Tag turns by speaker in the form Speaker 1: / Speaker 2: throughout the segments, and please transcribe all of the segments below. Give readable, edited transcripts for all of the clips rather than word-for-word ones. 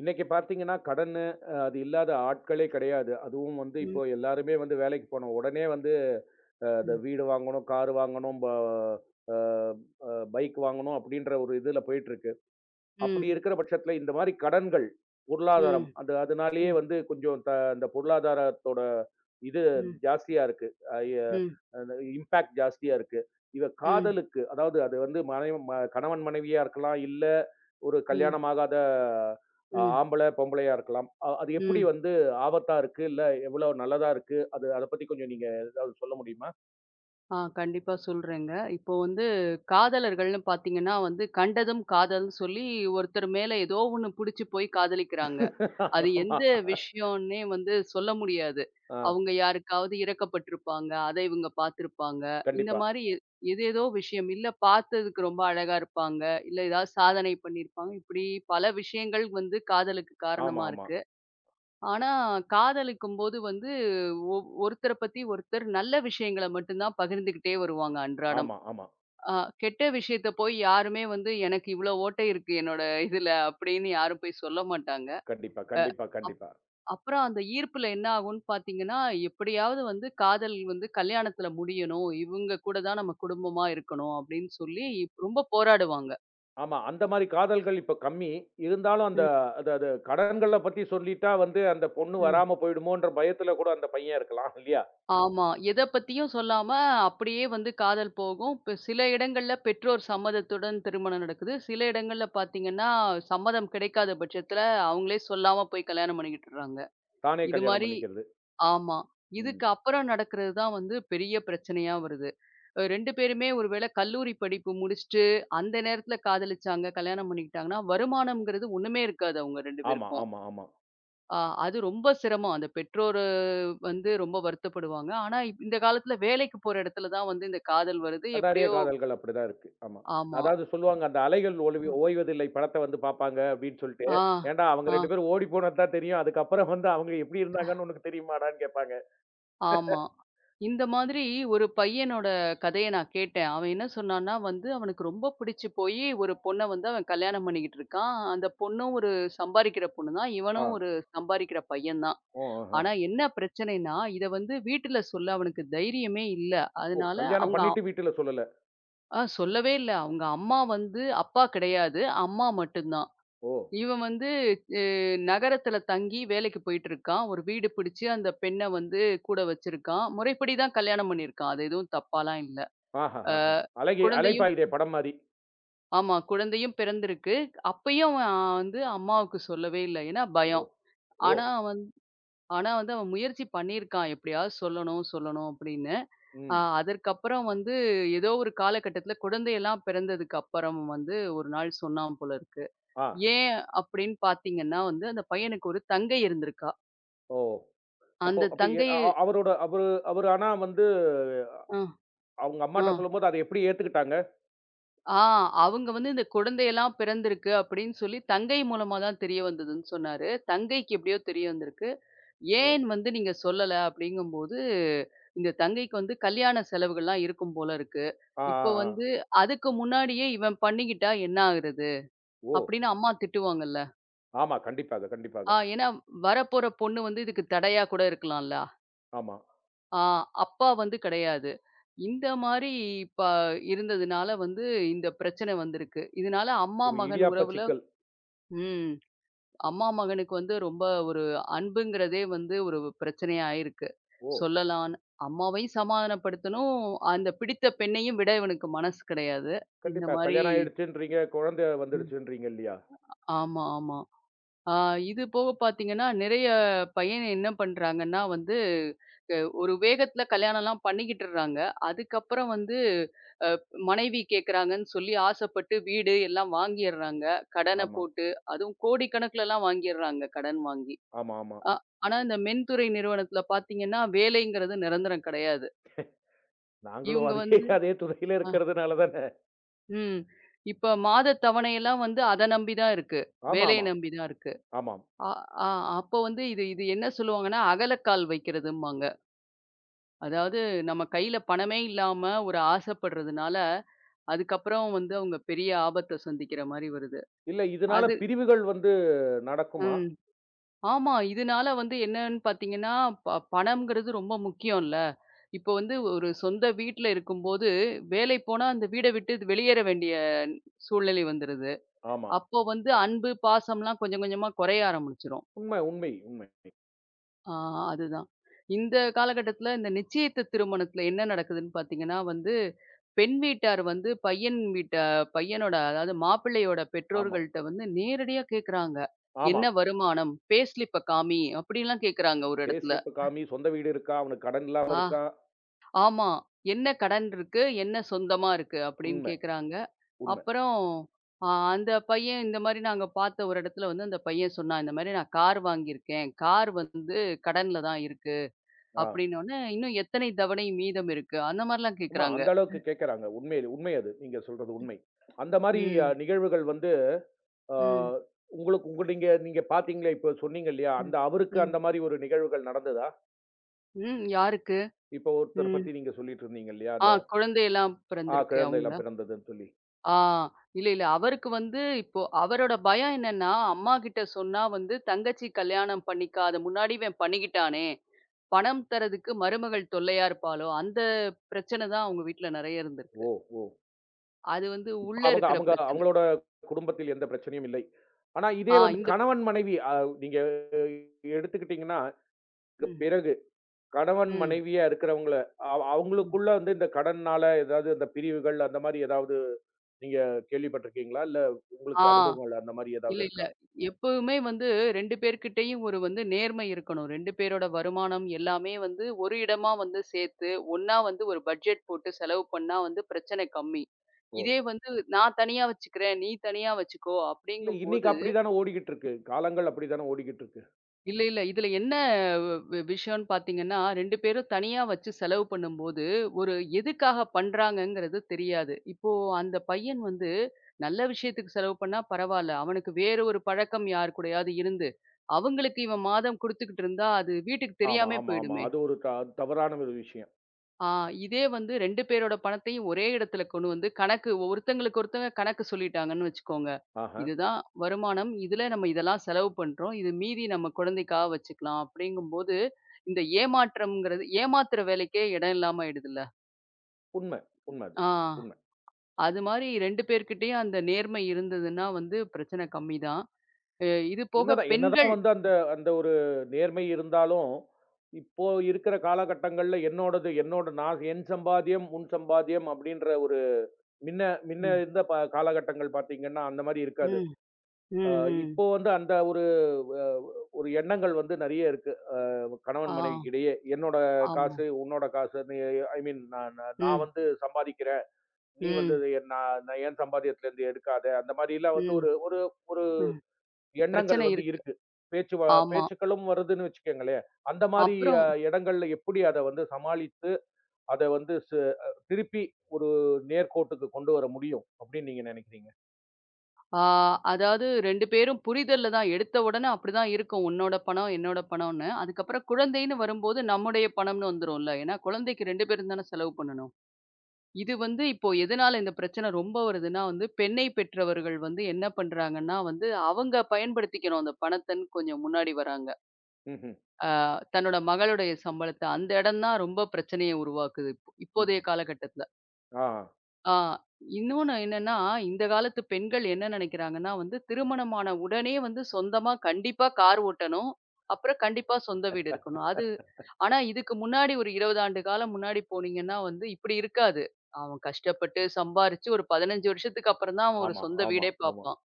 Speaker 1: இன்னைக்கு பார்த்தீங்கன்னா, கடனு அது இல்லாத ஆட்களே கிடையாது. அதுவும் வந்து
Speaker 2: ம்,
Speaker 1: இப்போ எல்லாருமே வந்து வேலைக்கு போனோம். உடனே வந்து இந்த
Speaker 2: ம்,
Speaker 1: வீடு வாங்கணும், கார் வாங்கணும், ப அ அ பைக் வாங்கணும் அப்படின்ற ஒரு இதுல போயிட்டுருக்கு. அப்படி
Speaker 2: ம்,
Speaker 1: இருக்கிற பட்சத்தில இந்த மாரி கடன்கள், பொருளாதாரம்
Speaker 2: ம்,
Speaker 1: அது அதனாலேயே
Speaker 2: ம்,
Speaker 1: வந்து கொஞ்சம் அந்த பொருளாதாரத்தோட இது
Speaker 2: ம்,
Speaker 1: ஜாஸ்தியா இருக்கு. அ ய
Speaker 2: ம்,
Speaker 1: அந்த இம்பாக்ட் ஜாஸ்தியா இருக்கு. இத
Speaker 2: ம்,
Speaker 1: காதலுக்கு அதாவது அது வந்து மனைவ ம கணவன் மனைவியா இருக்கலாம். இல்ல ஒரு
Speaker 2: ம்,
Speaker 1: கல்யாணமாகாத
Speaker 2: ம்,
Speaker 1: ஆம்பள, பொம்பளையா இருக்கலாம். அது எப்படி
Speaker 2: ம்.
Speaker 1: வந்து ஆபத்தா இருக்கு? இல்ல எவ்வளோ நல்லதா இருக்கு? அது அத பத்தி கொஞ்சம் நீங்க ஏதாவது சொல்ல முடியுமா?
Speaker 2: ஆ கண்டிப்பா சொல்றேங்க. இப்போ வந்து காதலர்கள்னு பார்த்தீங்கன்னா வந்து கண்டதும் காதல்னு சொல்லி ஒருத்தர் மேல ஏதோ ஒண்ணு புடிச்சு போய் காதலிக்கிறாங்க. அது
Speaker 1: ஆமா.
Speaker 2: எந்த விஷயம்னே வந்து சொல்ல முடியாது.
Speaker 1: ஆ
Speaker 2: அவங்க யாருக்காவது இரக்கப்பட்டிருப்பாங்க. அதை இவங்க பார்த்திருப்பாங்க. இந்த
Speaker 1: கண்டிப்பா.
Speaker 2: மாரி ஏதேதோ விஷயம். இல்ல பார்த்ததுக்கு ரொம்ப அழகா இருப்பாங்க. இல்ல ஏதாவது சாதனை பண்ணியிருப்பாங்க. இப்படி பல விஷயங்கள் வந்து காதலுக்கு
Speaker 1: ஆமா,
Speaker 2: காரணமா
Speaker 1: ஆமா.
Speaker 2: இருக்கு. ஆனா, காதலிக்கும்போது வந்து ஒ ஒருத்தர பத்தி ஒருத்தர் நல்ல விஷயங்கள மட்டும் தான் பகிர்ந்துகிட்டே வருவாங்க அன்றாடம்.
Speaker 1: ஆமா, ஆமா.
Speaker 2: அ கெட்ட விஷயத்த போய் யாருமே வந்து எனக்கு இவ்ளோ ஓட்டை இருக்கு என்னோட இதுல அப்படின்னு யாரும் போய் சொல்ல மாட்டாங்க.
Speaker 1: கண்டிப்பா,
Speaker 2: அ
Speaker 1: கண்டிப்பா,
Speaker 2: அப்
Speaker 1: கண்டிப்பா.
Speaker 2: அப்புறம் அந்த ஈர்ப்புல என்ன ஆகும்ன்னு பார்த்தீங்கன்னா, எப்படியாவது வந்து காதல் வந்து கல்யாணத்துல முடியணும். இவங்க கூட தான் நம்ம குடும்பமா இருக்கணும் அப்படின்னு சொல்லி ரொம்ப போராடுவாங்க.
Speaker 1: ஆமா. அந்த மாரி காதல்கள் இப்ப கம்மி. இருந்தாலும் அந்த
Speaker 2: ம்.
Speaker 1: அது அது கடன்கள பத்தி சொல்லிட்டா வந்து அந்த பொண்ணு
Speaker 2: ம்.
Speaker 1: வராம போயிடுமோன்ற பயத்துல கூட அந்த பையன் இருக்கலாம் இல்லையா?
Speaker 2: ஆமா. எத பத்தியும் சொல்லாம அப்படியே வந்து காதல் போகும். இப்ப சில இடங்கள்ல பெற்றோர் சம்மதத்துடன் திருமணம் நடக்குது. சில இடங்கள்ல பார்த்தீங்கன்னா, சம்மதம் கிடைக்காத பட்சத்துல அவங்களே சொல்லாம போய் கல்யாணம் பண்ணிக்கிட்டுறாங்க.
Speaker 1: தானே
Speaker 2: இது
Speaker 1: கல்யாணம்
Speaker 2: மாரி
Speaker 1: பண்ணிக்கிறது.
Speaker 2: ஆமா.
Speaker 1: ம்.
Speaker 2: இதுக்கு அப்புறம் நடக்கிறது தான் வந்து பெரிய பிரச்சனையா வருது. 2 பேருமே ஒருவேளை கல்லூரி படிப்பு முடிச்சுட்டு, அந்த நேரத்துல காதலிச்சாங்க, கல்யாணம் பண்ணிக்கிட்டாங்கன்னா, வருமானம்ங்கிறது ஒண்ணுமே இருக்காது அவங்க 2
Speaker 1: ஆமா,
Speaker 2: பேருக்கும்.
Speaker 1: ஆமா, ஆமா.
Speaker 2: ஆ அது ரொம்ப சிரமம். அந்த பெற்றோரு வந்து ரொம்ப வருத்தப்படுவாங்க. ஆனா, இந்த காலத்துல வேலைக்கு போற இடத்துல தான் வந்து இந்த காதல் வருது.
Speaker 1: நெறைய
Speaker 2: எப்படியோ
Speaker 1: காதல்கள் அப்படிதான் இருக்கு. ஆமா.
Speaker 2: ஆமா.
Speaker 1: அதாவது சொல்லுவாங்க, அந்த "அலைகள் ஒலிவி ஓய்வதில்லை" படத்த வந்து பாப்பாங்க அப்படின்னு சொல்லிட்டு,
Speaker 2: ஆ,
Speaker 1: "ஏன்டா அவங்க
Speaker 2: ஆ,
Speaker 1: 2 பேரும் ஓடி போனது தான் தெரியும். அதுக்கப்புறம் வந்து அவங்க எப்படி இருந்தாங்கன்னு உனக்கு தெரியுமாடான்னு?" கேட்பாங்க.
Speaker 2: ஆமா. இந்த மாதிரி ஒரு பையனோட கதைய நான் கேட்டேன். அவன் என்ன சொன்னான்னா வந்து, அவனுக்கு ரொம்ப பிடிச்சு போயி ஒரு பொண்ண வந்து அவன் கல்யாணம் பண்ணிக்கிட்டு இருக்கான். அந்த பொண்ணும் ஒரு சம்பாரிக்கிற பொண்ணு தான்.
Speaker 1: ஆ.
Speaker 2: இவனும் ஒரு சம்பாரிக்கிற பையன் தான்.
Speaker 1: ஓ! ஆஹா.
Speaker 2: ஆனா என்ன பிரச்சனைன்னா, இத வந்து வீட்டுல சொல்ல அவனுக்கு தைரியமே இல்ல.
Speaker 1: ஓ!
Speaker 2: அதனால
Speaker 1: கல்யாணம்
Speaker 2: அவங்க
Speaker 1: பண்ணிட்டு வீட்டுல சொல்லல.
Speaker 2: ஆ சொல்லவே இல்ல. அவங்க அம்மா வந்து அப்பா கிடையாது. அம்மா மட்டும் தான்.
Speaker 1: ஓ!
Speaker 2: இவன் வந்து அ நகரத்துல தங்கி வேலைக்கு போயிட்டுருக்கான். ஒரு வீடு பிடிச்சு அந்த பெண்ண வந்து கூட வச்சிருக்கான். முறைப்படி தான் கல்யாணம் பண்ணியிருக்கான். அது எதுவும் தப்பாலாம் இல்ல. ஆ
Speaker 1: ஆஹாஹாஹா. அழகி
Speaker 2: குழந்தையும்
Speaker 1: அலைப்பாயுதே படம் மாரி.
Speaker 2: ஆமா. குழந்தையும் பிறந்திருக்கு. அப்பயும் அவன் வந்து அம்மாவுக்கு சொல்லவே இல்ல. ஏன்னா
Speaker 1: ஓ!
Speaker 2: பயம்.
Speaker 1: ஓ!
Speaker 2: ஆனா ஆனா வந்து அவன் முயற்சி பண்ணியிருக்கான். எப்படியாவது சொல்லணும், சொல்லணும் அப்படின்னு.
Speaker 1: ம்.
Speaker 2: அதற்கப்புறம் வந்து ஏதோ ஒரு காலகட்டத்தில குழந்தையெல்லாம் பிறந்ததுக்கு அப்புறம் வந்து ஒரு நாள் சொன்னான் போல இருக்கு.
Speaker 1: ஆ.
Speaker 2: ஏன் அப்படின்னு பார்த்தீங்கன்னா வந்து, அந்த பையனுக்கு ஒரு தங்கை இருந்திருக்கா.
Speaker 1: ஓ! அப்போ
Speaker 2: அந்த
Speaker 1: அப்ப எ
Speaker 2: தங்கை
Speaker 1: அ அ- அவரோட அவரு அவரு ஆனா வந்து
Speaker 2: அ,
Speaker 1: அவங்க அம்மாட்ட
Speaker 2: அ.
Speaker 1: சொல்லும்போது அத எப்படி ஏத்துக்கிட்டாங்க?
Speaker 2: ஆ அவங்க வந்து இந்த குழந்தையெல்லாம் பிறந்திருக்கு அப்படின்னு சொல்லி தங்கை மூலமா தான் தெரிய வந்ததுன்னு சொன்னாரு. தங்கைக்கு எப்படியோ தெரிய வந்திருக்கு.
Speaker 1: ஓ!
Speaker 2: ஏன் வந்து நீங்க சொல்லல? அப்படிங்கும்போது, இந்த தங்கைக்கு வந்து கல்யாண செலவுகள்லாம் இருக்கும் போல இருக்கு.
Speaker 1: ஆ,
Speaker 2: இப்போ
Speaker 1: ஆ, ஆ.
Speaker 2: வந்து அதுக்கு முன்னாடியே இவன் பண்ணிக்கிட்டா என்ன ஆகுறது?
Speaker 1: ஓ!
Speaker 2: அப்படின்னு அம்மா திட்டுவாங்கல்ல.
Speaker 1: ஆமா. கண்டிப்பாக, கண்டிப்பாக.
Speaker 2: ஆ ஏன்னா வரப்போற பொண்ணு வந்து இதுக்கு தடையா கூட இருக்கலாம்ல.
Speaker 1: ஆமா.
Speaker 2: ஆ அப்பா வந்து கிடையாது. இந்த மாரி ப இருந்ததுனால வந்து இந்த பிரச்சனை வந்திருக்கு. இதனால அம்மா
Speaker 1: ஒரு
Speaker 2: மகன்
Speaker 1: இடியாப்ப
Speaker 2: உறவுல
Speaker 1: சிக்கல்.
Speaker 2: ம். அம்மா, மகனுக்கு வந்து ரொம்ப ஒரு அன்புங்கிறதே வந்து ஒரு பிரச்சனையா ஆயிருக்கு.
Speaker 1: ஓ!
Speaker 2: சொல்லலாம்னு. அம்மாவையும் சமாதானப்படுத்தணும். அந்த பிடித்த பெண்ணையும் விட இவனுக்கு மனசு கிடையாது. இந்த
Speaker 1: கண்டிப்பா.
Speaker 2: மாரி
Speaker 1: கல்யாணம் ஆயிடுச்சுன்றீங்க, குழந்தை
Speaker 2: ம்.
Speaker 1: வந்துடுச்சுன்றீங்க இல்லையா?
Speaker 2: ஆமா, ஆமா. ஆ இது போக பார்த்தீங்கன்னா, நிறைய பையன் என்ன பண்றாங்கன்னா வந்து, அ ஒரு வேகத்தில கல்யாணம்லாம் பண்ணிக்கிட்டுறாங்க. அதுக்கப்புறம் வந்து மனைவி கேட்கறாங்கன்னு சொல்லி ஆசைப்பட்டு வீடு எல்லாம் வாங்கிர்றாங்க. கடன
Speaker 1: ஆமா.
Speaker 2: போட்டு, அதுவும் கோடிக்கணக்குலலாம் வாங்கிர்றாங்க கடன் வாங்கி.
Speaker 1: ஆமா, ஆமா.
Speaker 2: ஆ ஆனா இந்த மென்துறை நிறுவனத்துல பார்த்தீங்கன்னா, வேலைங்கிறது நிரந்தரம் கிடையாது.
Speaker 1: நாங்களும்
Speaker 2: இவுங்க
Speaker 1: அதே
Speaker 2: வந்து
Speaker 1: அதே துறையில
Speaker 2: அ
Speaker 1: இருக்கிறதுனால தானே.
Speaker 2: ம். இப்ப மாத தவணையெல்லாம் வந்து அத நம்பி தான் இருக்கு.
Speaker 1: ஆமா,
Speaker 2: வேலைய
Speaker 1: ஆமா.
Speaker 2: நம்பி தான் இருக்கு.
Speaker 1: ஆமாம்.
Speaker 2: அ ஆ அப்போ வந்து இது இது என்ன சொல்லுவாங்கன்னா, அகலக்கால் வைக்கிறதும்பாங்க. அதாவது நம்ம கையில பணமே இல்லாம ஒரு ஆசைப்படுறதுனால, அதுக்கப்புறம் வந்து அவுங்க பெரிய ஆபத்த சந்திக்கிற மாரி வருது.
Speaker 1: இல்ல இதனால
Speaker 2: அது
Speaker 1: பிரிவுகள் வந்து நடக்குமா?
Speaker 2: ம். ஆமா. இதனால வந்து என்னன்னு பார்த்தீங்கன்னா, பணம்ங்கிறது ரொம்ப முக்கியம்ல. இப்போ வந்து ஒரு
Speaker 1: ஆமா.
Speaker 2: சொந்த வீட்ல இருக்கும்போது, வேலை போனா அந்த வீட விட்டு வெளியேற வேண்டிய சூழ்நிலை வந்துருது.
Speaker 1: ஆமா.
Speaker 2: அப்போ வந்து அன்பு, பாசம்லாம் கொஞ்சம் கொஞ்சமா குறைய ஆரம்பிச்சுரும்.
Speaker 1: உண்மை, உண்மை, உண்மை.
Speaker 2: ஆ அதுதான். இந்த காலகட்டத்தில இந்த நிச்சயித்த திருமணத்தில என்ன நடக்குதுன்னு பார்த்தீங்கன்னா வந்து, பெண் வீட்டார் வந்து பையன் வீட்ட பையனோட அதாவது மாப்பிள்ளையோட
Speaker 1: ஆமா,
Speaker 2: பெற்றோர்கள்ட்ட வந்து நேரடியா கேட்குறாங்க. "என்ன
Speaker 1: ஆமா.
Speaker 2: வருமானம்? பே ஸ்லிப்ப காமி" அப்படிலாம் கேட்குறாங்க ஒரு
Speaker 1: பே
Speaker 2: இடத்துல.
Speaker 1: ஸ்லிப் காமி, சொந்த வீடு இருக்கா, அவனுக்கு கடன் இல்லாம
Speaker 2: ஆ,
Speaker 1: இருக்கா.
Speaker 2: ஆமா. என்ன கடன் இருக்கு? என்ன சொந்தமா இருக்கு? அப்டின்னு
Speaker 1: உண்ம.
Speaker 2: கேக்குறாங்க.
Speaker 1: உண்மை.
Speaker 2: அப்புறம் அந்த பையன் இந்த மாரி நாங்க பாத்த ஒரு இடத்துல வந்து அந்த பையன் சொன்னான். இந்த மாரி நான் கார் வாங்கியிருக்கேன். கார் வந்து கடன்ல தான் இருக்கு.
Speaker 1: ஆ.
Speaker 2: அப்டின்னோனே, இன்னும் எத்தனை தவணை மீதம் இருக்கு? அந்த மாரிலாம்
Speaker 1: ஆமா
Speaker 2: கேக்குறாங்க.
Speaker 1: அந்த அளவுக்கு கேட்கறாங்க. உண்மையிலே உண்மை அது. நீங்க சொல்றது உண்மை. அந்த மாரி
Speaker 2: ம்,
Speaker 1: நிகழ்வுகள் வந்து ஆ
Speaker 2: ம்,
Speaker 1: உங்களுக்கு நீங்க நீங்க பார்த்தீங்களே, இப்போ சொன்னீங்க இல்லையா?
Speaker 2: ம்,
Speaker 1: அந்த அவருக்கு
Speaker 2: ம்,
Speaker 1: அந்த மாரி ஒரு நிகழ்வுகள் நடந்ததா?
Speaker 2: ம். யாருக்கு?
Speaker 1: இப்போ ஒருத்தர
Speaker 2: ம்.
Speaker 1: பத்தி நீங்க சொல்லிட்டு இருந்தீங்க இல்லையா?
Speaker 2: ஆ
Speaker 1: அந்த
Speaker 2: குழந்தையெல்லாம்
Speaker 1: ஆ
Speaker 2: பிறந்திருக்கு
Speaker 1: குழந்தைலாம்
Speaker 2: அவங்கள.
Speaker 1: பிறந்ததுன்னு சொல்லி.
Speaker 2: ஆ. இல்ல, இல்ல. அவருக்கு வந்து இப்போ அவரோட பயம் என்னன்னா, அம்மா கிட்ட சொன்னா வந்து தங்கச்சி கல்யாணம் பண்ணிக்காத முன்னாடி இவன் பண்ணிக்கிட்டானே, பணம் தர்றதுக்கு மருமகள் தொல்லையா இருப்பாளோ, அந்த பிரச்சனை தான் அவங்க வீட்ல நெறைய இருந்திருக்கு.
Speaker 1: ஓ! ஓ!
Speaker 2: அது வந்து
Speaker 1: இப்ப
Speaker 2: உள்ள
Speaker 1: அவங்க
Speaker 2: இருக்கிற
Speaker 1: அவங்க
Speaker 2: பிரச்சனை.
Speaker 1: அவங்களோட குடும்பத்தில் எந்த பிரச்சனையும் இல்லை. ஆனா இதே
Speaker 2: ஆ
Speaker 1: வந்து
Speaker 2: இந்த
Speaker 1: கணவன் மனைவி நீங்க எடுத்துக்கிட்டீங்கன்னா, இதுக்கு
Speaker 2: ம்,
Speaker 1: பிறகு கணவன்
Speaker 2: ம்,
Speaker 1: மனைவியா இருக்கிறவங்கள,
Speaker 2: ம்.
Speaker 1: அவங்களுக்குள்ள வந்து இந்த கடன்னால ஏதாவது அந்த பிரிவுகள் அந்த மாரி ஏதாவது நீங்க கேள்விப்பட்டுருக்கீங்களா? இல்ல
Speaker 2: ஆ.
Speaker 1: உங்களுக்கு அனுபவங்கள் அந்த மாரி ஏதாவது
Speaker 2: இல்ல, இல்ல.
Speaker 1: இருக்கா?
Speaker 2: எப்பவுமே வந்து 2 பேர்கிட்டயும் ஒரு வந்து நேர்மை இருக்கணும். 2 பேரோட வருமானம் எல்லாமே வந்து ஒரு இடமா வந்து சேர்த்து, ஒண்ணா வந்து ஒரு பட்ஜெட் போட்டு செலவு பண்ணா வந்து பிரச்சனை கம்மி.
Speaker 1: ஓ!
Speaker 2: இதே வந்து நான் தனியா வச்சுக்கிறேன், நீ தனியா வச்சுக்கோ
Speaker 1: இல்ல இன்னைக்கு
Speaker 2: அப்படிங்கும்போது,
Speaker 1: அப்படித்தானே ஓடிக்கிட்டு இருக்கு. காலங்கள் அப்படித்தானே ஓடிக்கிட்டு இருக்கு.
Speaker 2: இல்ல, இல்ல. இதுல என்ன விஷயம்ன்னு பார்த்தீங்கன்னா, 2 பேரும் தனியா வச்சு செலவு பண்ணும்போது, ஒரு எதுக்காக பண்றாங்கங்கிறது தெரியாது. இப்போ அந்த பையன் வந்து நல்ல விஷயத்துக்கு செலவு பண்ணா பரவால்ல. அவனுக்கு வேற ஒரு பழக்கம் யார் கூடயாவது இருந்து, அவங்களுக்கு இவன் மாதம் குடுத்துக்கிட்டு இருந்தா, அது வீட்டுக்கு
Speaker 1: ஆமா,
Speaker 2: தெரியாமே
Speaker 1: ஆமா, ஆமா.
Speaker 2: போயிடுமே!
Speaker 1: அது ஒரு தவறான ஒரு விஷயம்.
Speaker 2: ஆ இதே வந்து 2 பேரோட பணத்தையும் ஒரே இடத்துல கொண்டு வந்து கணக்கு ஒருத்தங்களுக்கு ஒருத்தங்க கணக்கு சொல்லிட்டாங்கன்னு வச்சுக்கோங்க.
Speaker 1: ஆஹா.
Speaker 2: இதுதான் வருமானம். இதுல நம்ம இதெல்லாம் செலவு பண்றோம். இது மீதி நம்ம குழந்தைக்காக வச்சுக்கலாம் அப்படிங்கும்போது, இந்த ஏமாற்றம்ங்கிறது ஏமாத்துற வேலைக்கே இடம் இல்லாம ஆயிடுதுல்ல.
Speaker 1: உண்ம, உண்ம அது.
Speaker 2: ஆ
Speaker 1: உண்ம.
Speaker 2: அது மாரி 2 பேர்கிட்டயும் அந்த நேர்மை இருந்ததுன்னா வந்து பிரச்சனை கம்மிதான். அ இது போக
Speaker 1: என்னதான்
Speaker 2: பெண்கள்
Speaker 1: என்னதான் வந்து அந்த அந்த ஒரு நேர்மை இருந்தாலும், இப்போ இருக்கிற காலகட்டங்கள்ல என்னோடது, என்னோட நான் என் சம்பாத்தியம், உன் சம்பாத்தியம் அப்படின்ற ஒரு மின்ன மின்ன
Speaker 2: ம்.
Speaker 1: இருந்த காலகட்டங்கள் பார்த்தீங்கன்னா, அந்த மாரி இருக்காது.
Speaker 2: ம்.
Speaker 1: அ
Speaker 2: ம். ம்.
Speaker 1: இப்போ வந்து அந்த ஒரு அ ஒரு எண்ணங்கள் வந்து நெறைய இருக்கு.
Speaker 2: ஆ
Speaker 1: கணவன் மனைவிக்கிடையே. என்னோட
Speaker 2: ஆமா.
Speaker 1: காசு, உன்னோட காசு. நீ ஐ மீன் நான் நான் நான்
Speaker 2: ம்.
Speaker 1: வந்து சம்பாதிக்கிறேன். நீ வந்து
Speaker 2: ம்.
Speaker 1: இதை என் நான் நான் என் சம்பாத்தியத்திலேருந்து எடுக்காத. அந்த மாரிலாம் வந்து
Speaker 2: ம்.
Speaker 1: ஒரு ஒரு ஒரு
Speaker 2: ம்.
Speaker 1: எண்ணங்கள்
Speaker 2: பிரச்சனை
Speaker 1: வந்து
Speaker 2: இருக்கு.
Speaker 1: இருக்கு. பேச்சு வ
Speaker 2: ஆமா.
Speaker 1: பேச்சுக்களும் வருதுன்னு வச்சுக்கங்களேன். அந்த மாரி
Speaker 2: அப்புறம்
Speaker 1: இடங்கள்ல எப்படி அத வந்து சமாளித்து, அத வந்து திருப்பி ஒரு நேர்கோட்டுக்கு கொண்டு வர முடியும் அப்படின்னு நீங்க நெனைக்கிறீங்க?
Speaker 2: ஆ அதாவது 2 பேரும் புரிதல்ல தான். எடுத்த உடனே அப்படிதான் இருக்கும். உன்னோட பணம், என்னோட பணம்னு. அதுக்கப்புறம் குழந்தைன்னு வரும்போது நம்முடைய பணம்னு வந்துரும்ல. ஏன்னா குழந்தைக்கு 2 பேரும் தானே செலவு பண்ணணும். இது வந்து இப்போ எதனால இந்த பிரச்சனை ரொம்ப வருதுன்னா வந்து, பெண்ணை பெற்றவர்கள் வந்து என்ன பண்றாங்கன்னா வந்து, அவங்க பயன்படுத்திக்கணும் அந்த பணத்தன்னு கொஞ்சம் முன்னாடி வராங்க.
Speaker 1: ம்ஹ்ம்,
Speaker 2: ஆ தன்னோட மகளுடைய சம்பளத்த அந்த இடம் தான் ரொம்ப பிரச்சனைய உருவாக்குது. இப்போதைய
Speaker 1: ம்ஹ்ம்.
Speaker 2: காலகட்டத்தில.
Speaker 1: ஆ.
Speaker 2: ஆ இன்னொன்னு என்னன்னா, இந்த காலத்து பெண்கள் என்ன நினைக்கிறாங்கன்னா வந்து, திருமணமான உடனே வந்து சொந்தமா கண்டிப்பா கார் ஓட்டணும். அப்புறம் கண்டிப்பா சொந்த வீடு இருக்கணும். அது ஆனா இதுக்கு முன்னாடி ஒரு 20 ஆண்டு காலம் முன்னாடி போனீங்கன்னா வந்து இப்படி இருக்காது. அவன் கஷ்டப்பட்டு சம்பாரிச்சு ஒரு 15 வருஷத்துக்கு அப்புறம் தான் அவன் ஒரு
Speaker 1: ஆமா,
Speaker 2: சொந்த
Speaker 1: ஆமா,
Speaker 2: வீடே
Speaker 1: ஆமா,
Speaker 2: பார்ப்பான்.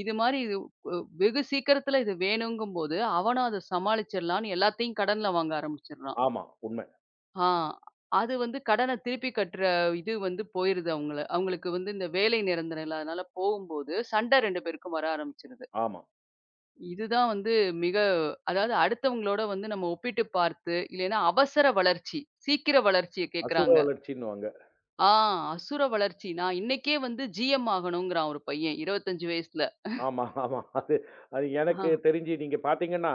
Speaker 2: இது மாரி இது அ வெகு சீக்கிரத்தில இது வேணுங்கும்போது, அவனும் அத சமாளிச்சிடலான்னு எல்லாத்தையும் கடன்ல வாங்க ஆரம்பிச்சிடுறான்.
Speaker 1: ஆமா. உண்மை.
Speaker 2: ஆ. அது வந்து கடன திருப்பி கட்டுற இது வந்து போயிருது அவங்கள. அவங்களுக்கு வந்து இந்த வேலை நிரந்தரம் இல்லாதனால போகும்போது, சண்டை 2 பேருக்கும் வர ஆரம்பிச்சுருது.
Speaker 1: ஆமா.
Speaker 2: இதுதான் வந்து மிக அதாவது அடுத்தவங்களோட வந்து நம்ம ஒப்பிட்டு பார்த்து, இல்லைன்னா அவசர வளர்ச்சி. சீக்கிர வளர்ச்சிய
Speaker 1: அசுர
Speaker 2: கேட்கறாங்க.
Speaker 1: வளர்ச்சின்னுவாங்க.
Speaker 2: ஆ அசுர வளர்ச்சி. நான் இன்னைக்கே வந்து GM ஆகணுங்கிறான் ஒரு பையன் 25 வயசுல.
Speaker 1: ஆமா, ஆமா. அது அது
Speaker 2: ஆ.
Speaker 1: எனக்கு தெரிஞ்சு நீங்க பார்த்தீங்கன்னா,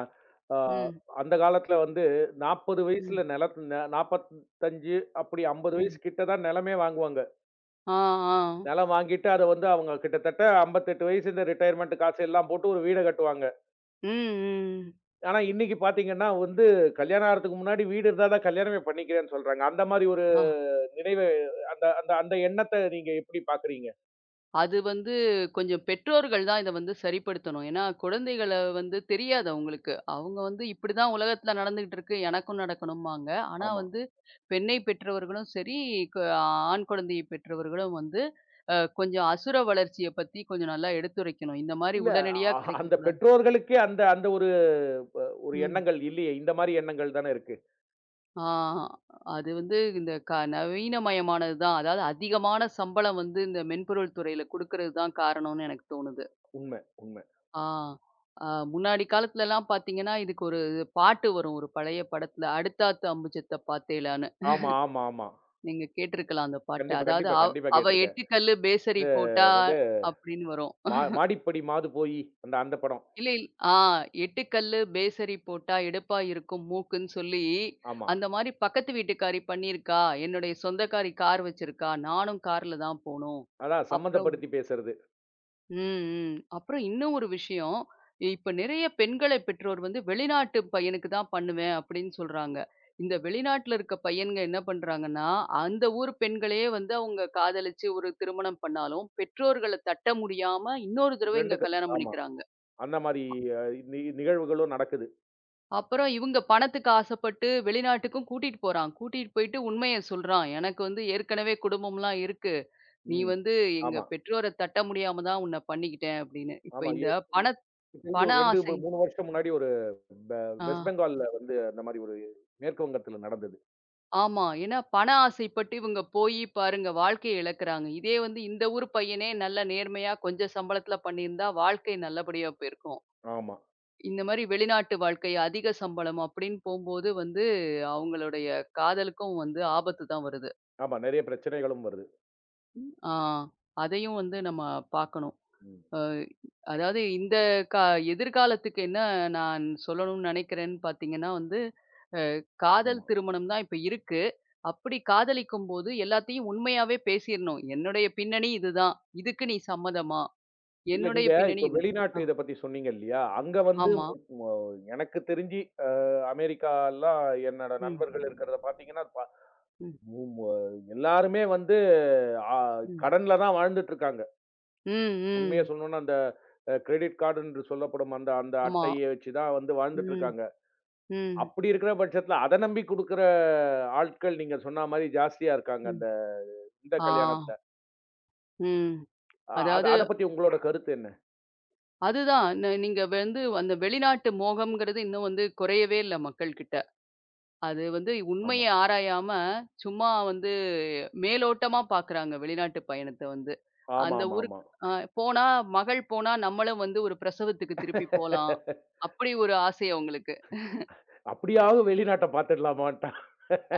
Speaker 1: ஆ
Speaker 2: ம்.
Speaker 1: அந்த காலத்துல வந்து 40
Speaker 2: ம்.
Speaker 1: வயசுல நிலத் ந 45 அப்படி 50
Speaker 2: ம்.
Speaker 1: வயசு கிட்ட தான் நிலமே வாங்குவாங்க.
Speaker 2: ஆ, ஆ.
Speaker 1: நிலம் வாங்கிட்டு அத வந்து அவங்க கிட்டத்தட்ட 58 வயசு இந்த ரிட்டயர்மென்ட் காசு எல்லாம் போட்டு ஒரு வீட கட்டுவாங்க.
Speaker 2: ம், ம்.
Speaker 1: ஆனா இன்னைக்கு பார்த்தீங்கன்னா வந்து கல்யாணம் ஆறதுக்கு முன்னாடி வீடு இருந்தா தான் கல்யாணமே பண்ணிக்கிறேன்னு சொல்றாங்க. அந்த மாரி ஒரு
Speaker 2: ஆ.
Speaker 1: நினைவு அந்த அந்த அந்த எண்ணத்த நீங்க எப்படி பார்க்குறீங்க?
Speaker 2: அது வந்து கொஞ்சம் பெற்றோர்கள் தான் இத வந்து சரிப்படுத்தணும். ஏன்னா, குழந்தைகள வந்து தெரியாது அவங்களுக்கு. அவங்க வந்து இப்படிதான் உலகத்துல நடந்துகிட்டு இருக்கு, எனக்கும் நடக்கணும்பாங்க. ஆனா
Speaker 1: ஆமா.
Speaker 2: வந்து பெண்ணை பெற்றவர்களும் சரி, க ஆண் குழந்தையை பெற்றவர்களும் வந்து கொஞ்சம் அசுர வளர்ச்சிய பத்தி கொஞ்சம் நல்லா எடுத்துரைக்கணும். இந்த மாரி
Speaker 1: இல்ல
Speaker 2: உடனடியா
Speaker 1: அந்த
Speaker 2: கிடைக்கக்கூடாது.
Speaker 1: பெற்றோர்களுக்கே அந்த அந்த ஒரு ப ஒரு
Speaker 2: ம்.
Speaker 1: எண்ணங்கள் இல்லையே! இந்த மாரி எண்ணங்கள் தானே இருக்கு.
Speaker 2: ஆ அது வந்து இந்த நவீனமயமானது தான். அதாவது அதிகமான சம்பளம் வந்து இந்த மென்பொருள் துறையில குடுக்கறது தான் காரணம்னு எனக்கு தோணுது.
Speaker 1: உண்ம, உண்ம.
Speaker 2: ஆ. அ முன்னாடி காலத்துலலாம் பார்த்தீங்கன்னா, இதுக்கு ஒரு பாட்டு வரும். ஒரு பழைய படத்துல, "அடுத்தாத்து அம்புஜத்த பாத்தேலான்னு."
Speaker 1: ஆமா, ஆமா, ஆமா.
Speaker 2: நீங்க கேட்டுருக்கலாம் அந்த பாட்ட.
Speaker 1: கண்டிப்பா,
Speaker 2: அதாவது
Speaker 1: கண்டிப்பா, கண்டிப்பா
Speaker 2: "அவ
Speaker 1: கேட்டுருக்கேன்.
Speaker 2: 8 கல்லு பேசரி
Speaker 1: இது
Speaker 2: போட்டா"
Speaker 1: என்னது
Speaker 2: அப்படின்னு வரும்.
Speaker 1: மா மாடிப்படி மாது போயி அந்த அந்த படம்.
Speaker 2: இல்ல இல் ஆ "8 கல்லு பேசரி போட்டா எடுப்பா இருக்கும் மூக்குன்னு" சொல்லி,
Speaker 1: ஆமா.
Speaker 2: அந்த மாரி பக்கத்து வீட்டுக்காரி பண்ணியிருக்கா, என்னுடைய சொந்தக்காரி கார் வச்சிருக்கா, நானும் கார்ல தான் போணும்.
Speaker 1: அதான்
Speaker 2: அப்புறம்
Speaker 1: சம்மந்தப்படுத்தி பேசுறது.
Speaker 2: ம், ம். அப்புறம் இன்னும் ஒரு விஷயம். இப்ப நிறைய பெண்களை பெற்றோர் வந்து வெளிநாட்டு பையனுக்கு தான் பண்ணுவேன் அப்படின்னு சொல்றாங்க. இந்த வெளிநாட்டுல இருக்க பையன்ங்க என்ன பண்றாங்கன்னா, அந்த ஊர் பெண்களையே வந்து அவங்க காதலிச்சு ஒரு திருமணம் பண்ணாலும், பெற்றோர்கள தட்ட முடியாம இன்னொரு தடவை இங்க
Speaker 1: 2க்கும்
Speaker 2: கல்யாணம்
Speaker 1: ஆமா.
Speaker 2: பண்ணிக்கிறாங்க.
Speaker 1: அந்த மாரி அ நி நிகழ்வுகளும் நடக்குது.
Speaker 2: அப்புறம் இவங்க பணத்துக்கு ஆசைப்பட்டு வெளிநாட்டுக்கும் கூட்டிட்டு போறான். கூட்டிட்டு போயிட்டு உண்மைய சொல்றான். எனக்கு வந்து ஏற்கனவே குடும்பம்லாம் இருக்கு. நீ
Speaker 1: ம்.
Speaker 2: வந்து எங்க
Speaker 1: ஆமா,
Speaker 2: பெற்றோர தட்ட முடியாம தான் உன்ன பண்ணிக்கிட்டேன் அப்படின்னு. இப்ப
Speaker 1: ஆமா.
Speaker 2: இந்த பண
Speaker 1: எனக்கு தெரிஞ்சு
Speaker 2: பண
Speaker 1: ஒரு 2
Speaker 2: ஆசை
Speaker 1: 3 வருஷம் முன்னாடி ஒரு ப
Speaker 2: ஆ,
Speaker 1: வெஸ்ட் பெங்கால்ல வந்து அந்த மாரி ஒரு மேற்கு வங்கத்தில நடந்தது.
Speaker 2: ஆமா. ஏன்னா பண ஆசைப்பட்டு இவங்க போயி பாருங்க வாழ்க்கைய இழக்குறாங்க. இதே வந்து இந்த ஊர் பையனே நல்ல நேர்மையா கொஞ்சம் சம்பளத்துல பண்ணியிருந்தா வாழ்க்கை நல்லபடியா போயிருக்கும்.
Speaker 1: ஆமா,
Speaker 2: இந்த மாரி வெளிநாட்டு வாழ்க்கை அதிக சம்பளம் அப்படின்னு போம்போது வந்து அவங்களுடைய காதலுக்கும் வந்து ஆபத்து தான் வருது.
Speaker 1: ஆமா. நெறைய பிரச்சனைகளும் வருது.
Speaker 2: ஆ அதையும் வந்து நம்ம பார்க்கணும்.
Speaker 1: ம்.
Speaker 2: அ அதாவது இந்த கா எதிர்காலத்துக்கு என்ன நான் சொல்லணும்னு நெனைக்கிறேன்னு பார்த்தீங்கன்னா வந்து, அ காதல்
Speaker 1: ஆமா.
Speaker 2: திருமணம் தான் இப்ப இருக்கு. அப்படி காதலிக்கும்போது எல்லாத்தையும் உண்மையாவே பேசிறணும். "என்னுடைய பின்னணி இதுதான். இதுக்கு நீ சம்மதமா?
Speaker 1: இல்ல
Speaker 2: என்னுடைய
Speaker 1: நீங்க
Speaker 2: பின்னணி
Speaker 1: இப்ப
Speaker 2: இதுதான்."
Speaker 1: வெளிநாட்டு
Speaker 2: ஆ,
Speaker 1: இத பத்தி சொன்னீங்க இல்லையா? அங்க வந்து
Speaker 2: ஆமா.
Speaker 1: எனக்கு தெரிஞ்சு அ அமெரிக்காலாம் என்னோட
Speaker 2: ம்.
Speaker 1: நண்பர்கள் இருக்கிறத பார்த்தீங்கன்னா, ப
Speaker 2: ம்.
Speaker 1: ம் அ எல்லாருமே வந்து அ
Speaker 2: ம்.
Speaker 1: கடன்ல தான் வாழ்ந்துட்டு இருக்காங்க.
Speaker 2: ம்.
Speaker 1: உண்மைய
Speaker 2: ம்.
Speaker 1: சொல்லணும்னா அந்த கிரெடிட் கார்டு என்று சொல்லப்படும் அந்த அந்த
Speaker 2: ஆமா.
Speaker 1: அட்டைய வச்சு தான் வந்து வாழ்ந்துட்டு
Speaker 2: ம்.
Speaker 1: இருக்காங்க.
Speaker 2: ம்.
Speaker 1: அப்படி இருக்கிற பட்சத்தில அத நம்பி குடுக்குற ஆட்கள் நீங்க சொன்ன மாரி ஜாஸ்தியா இருக்காங்க.
Speaker 2: ம்.
Speaker 1: அந்த இந்த
Speaker 2: ஆ.
Speaker 1: கல்யாணத்துல.
Speaker 2: ம்.
Speaker 1: அ அத
Speaker 2: அதாவது
Speaker 1: அத பத்தி உங்களோட கருத்து என்ன?
Speaker 2: அதுதான். நீங்க வந்து அந்த வெளிநாட்டு மோகம்ங்கிறது இன்னும் வந்து குறையவே இல்ல மக்கள்கிட்ட. அது வந்து உண்மைய
Speaker 1: ஆமா.
Speaker 2: ஆராயாம, சும்மா வந்து மேலோட்டமா பார்க்குறாங்க வெளிநாட்டு பயணத்த வந்து. அந்த
Speaker 1: ஆமாமாமா.
Speaker 2: ஊருக்கு அ போனா மகள் போனா நம்மளும் வந்து ஒரு பிரசவத்துக்கு திருப்பி போலாம். அப்படி ஒரு ஆசை அவங்களுக்கு.
Speaker 1: அப்படியாவது வெளிநாட்ட பார்த்துடலாமான்ட்டான்.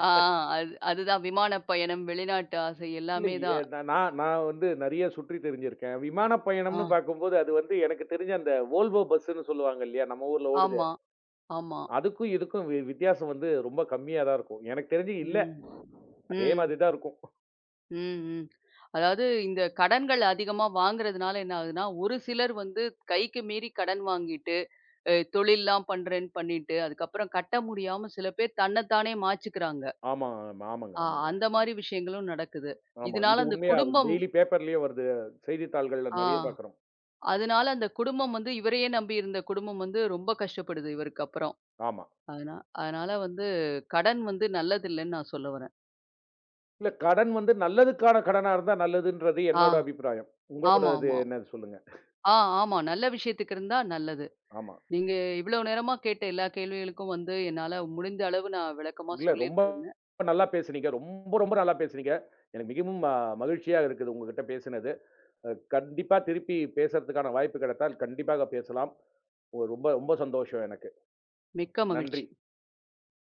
Speaker 2: ஆ அதுதான் விமான பயணம், வெளிநாட்டு ஆசை
Speaker 1: இல்ல.
Speaker 2: எல்லாமே தான்.
Speaker 1: நான் நான் நான் வந்து நெறைய சுற்றி திரிஞ்சிருக்கேன். விமான
Speaker 2: ஆ
Speaker 1: பயணம்னு பார்க்கும்போது, அது வந்து எனக்கு தெரிஞ்சு அந்த Volvo பஸ்ன்னு சொல்லுவாங்க இல்லையா? நம்ம ஊர்ல ஓடுதே.
Speaker 2: ஆமா, ஆமா.
Speaker 1: அதுக்கும் இதுக்கும் வித்தியாசம் வந்து ரொம்ப கம்மியா தான் இருக்கும். எனக்கு தெரிஞ்சு இல்ல.
Speaker 2: ம்.
Speaker 1: அதே
Speaker 2: ம்.
Speaker 1: மாதிரி தான் இருக்கும்.
Speaker 2: ம், ம். அதாவது இந்த கடன்கள் அதிகமா வாங்குறதுனால என்ன ஆகுதுன்னா, ஒரு சிலர் வந்து கைக்கு மீறி கடன் வாங்கிட்டு, தொழில்லாம் பண்றேன்னு பண்ணிட்டு, அதுக்கப்புறம் கட்ட முடியாம சில பேர் தன்ன தானே மாச்சுக்கிறாங்க.
Speaker 1: ஆமா, ஆமா, ஆமாங்க,
Speaker 2: ஆ
Speaker 1: ஆமாங்க.
Speaker 2: அந்த
Speaker 1: ஆமா.
Speaker 2: மாரி விஷயங்களும் நடக்குது.
Speaker 1: ஆமா. இது
Speaker 2: இதனால அந்த
Speaker 1: உண்மையா
Speaker 2: குடும்பம்
Speaker 1: டெய்லி பேப்பர்லயும் வருது. செய்தித்தாள்கள்ல
Speaker 2: ஆ
Speaker 1: நெறைய பார்க்குறோம்.
Speaker 2: அதனால அந்த குடும்பம் வந்து இவரையே நம்பி இருந்த குடும்பம் வந்து ரொம்ப கஷ்டப்படுது இவருக்கு அப்புறம்.
Speaker 1: ஆமா.
Speaker 2: அதனா அதனால வந்து கடன் வந்து நல்லதில்லன்னு நான் சொல்ல வரேன்.
Speaker 1: இல்ல கடன் வந்து நல்லதுக்கான கடனா இருந்தா நல்லதுன்றது
Speaker 2: ஆ,
Speaker 1: என்னோட அபிப்பிராயம்.
Speaker 2: ஆமா,
Speaker 1: உங்களோடது
Speaker 2: ஆமா.
Speaker 1: என்னன்னு சொல்லுங்க?
Speaker 2: ஆ, ஆமா. நல்ல விஷயத்துக்கு இருந்தா நல்லது.
Speaker 1: ஆமா.
Speaker 2: நீங்க இவ்வளவு நேரமா கேட்ட எல்லா கேள்விகளுக்கும் வந்து என்னால முடிந்த அளவு நான் விளக்கமா
Speaker 1: இல்ல ரொம்ப
Speaker 2: சொல்லிட்டு இருந்தேன்.
Speaker 1: நல்லா பேசுனீங்க. ரொம்ப, ரொம்ப நல்லா பேசுனீங்க. எனக்கு மிகவும் மகிழ்ச்சியா இருக்குது உங்ககிட்ட பேசினது. அ கண்டிப்பா திருப்பி பேசறதுக்கான வாய்ப்பு கிடைத்தால் கண்டிப்பாக பேசலாம். ரொம்ப ரொம்ப சந்தோஷம் எனக்கு.
Speaker 2: மிக்க
Speaker 1: நன்றி.
Speaker 2: மகிழ்ச்சி.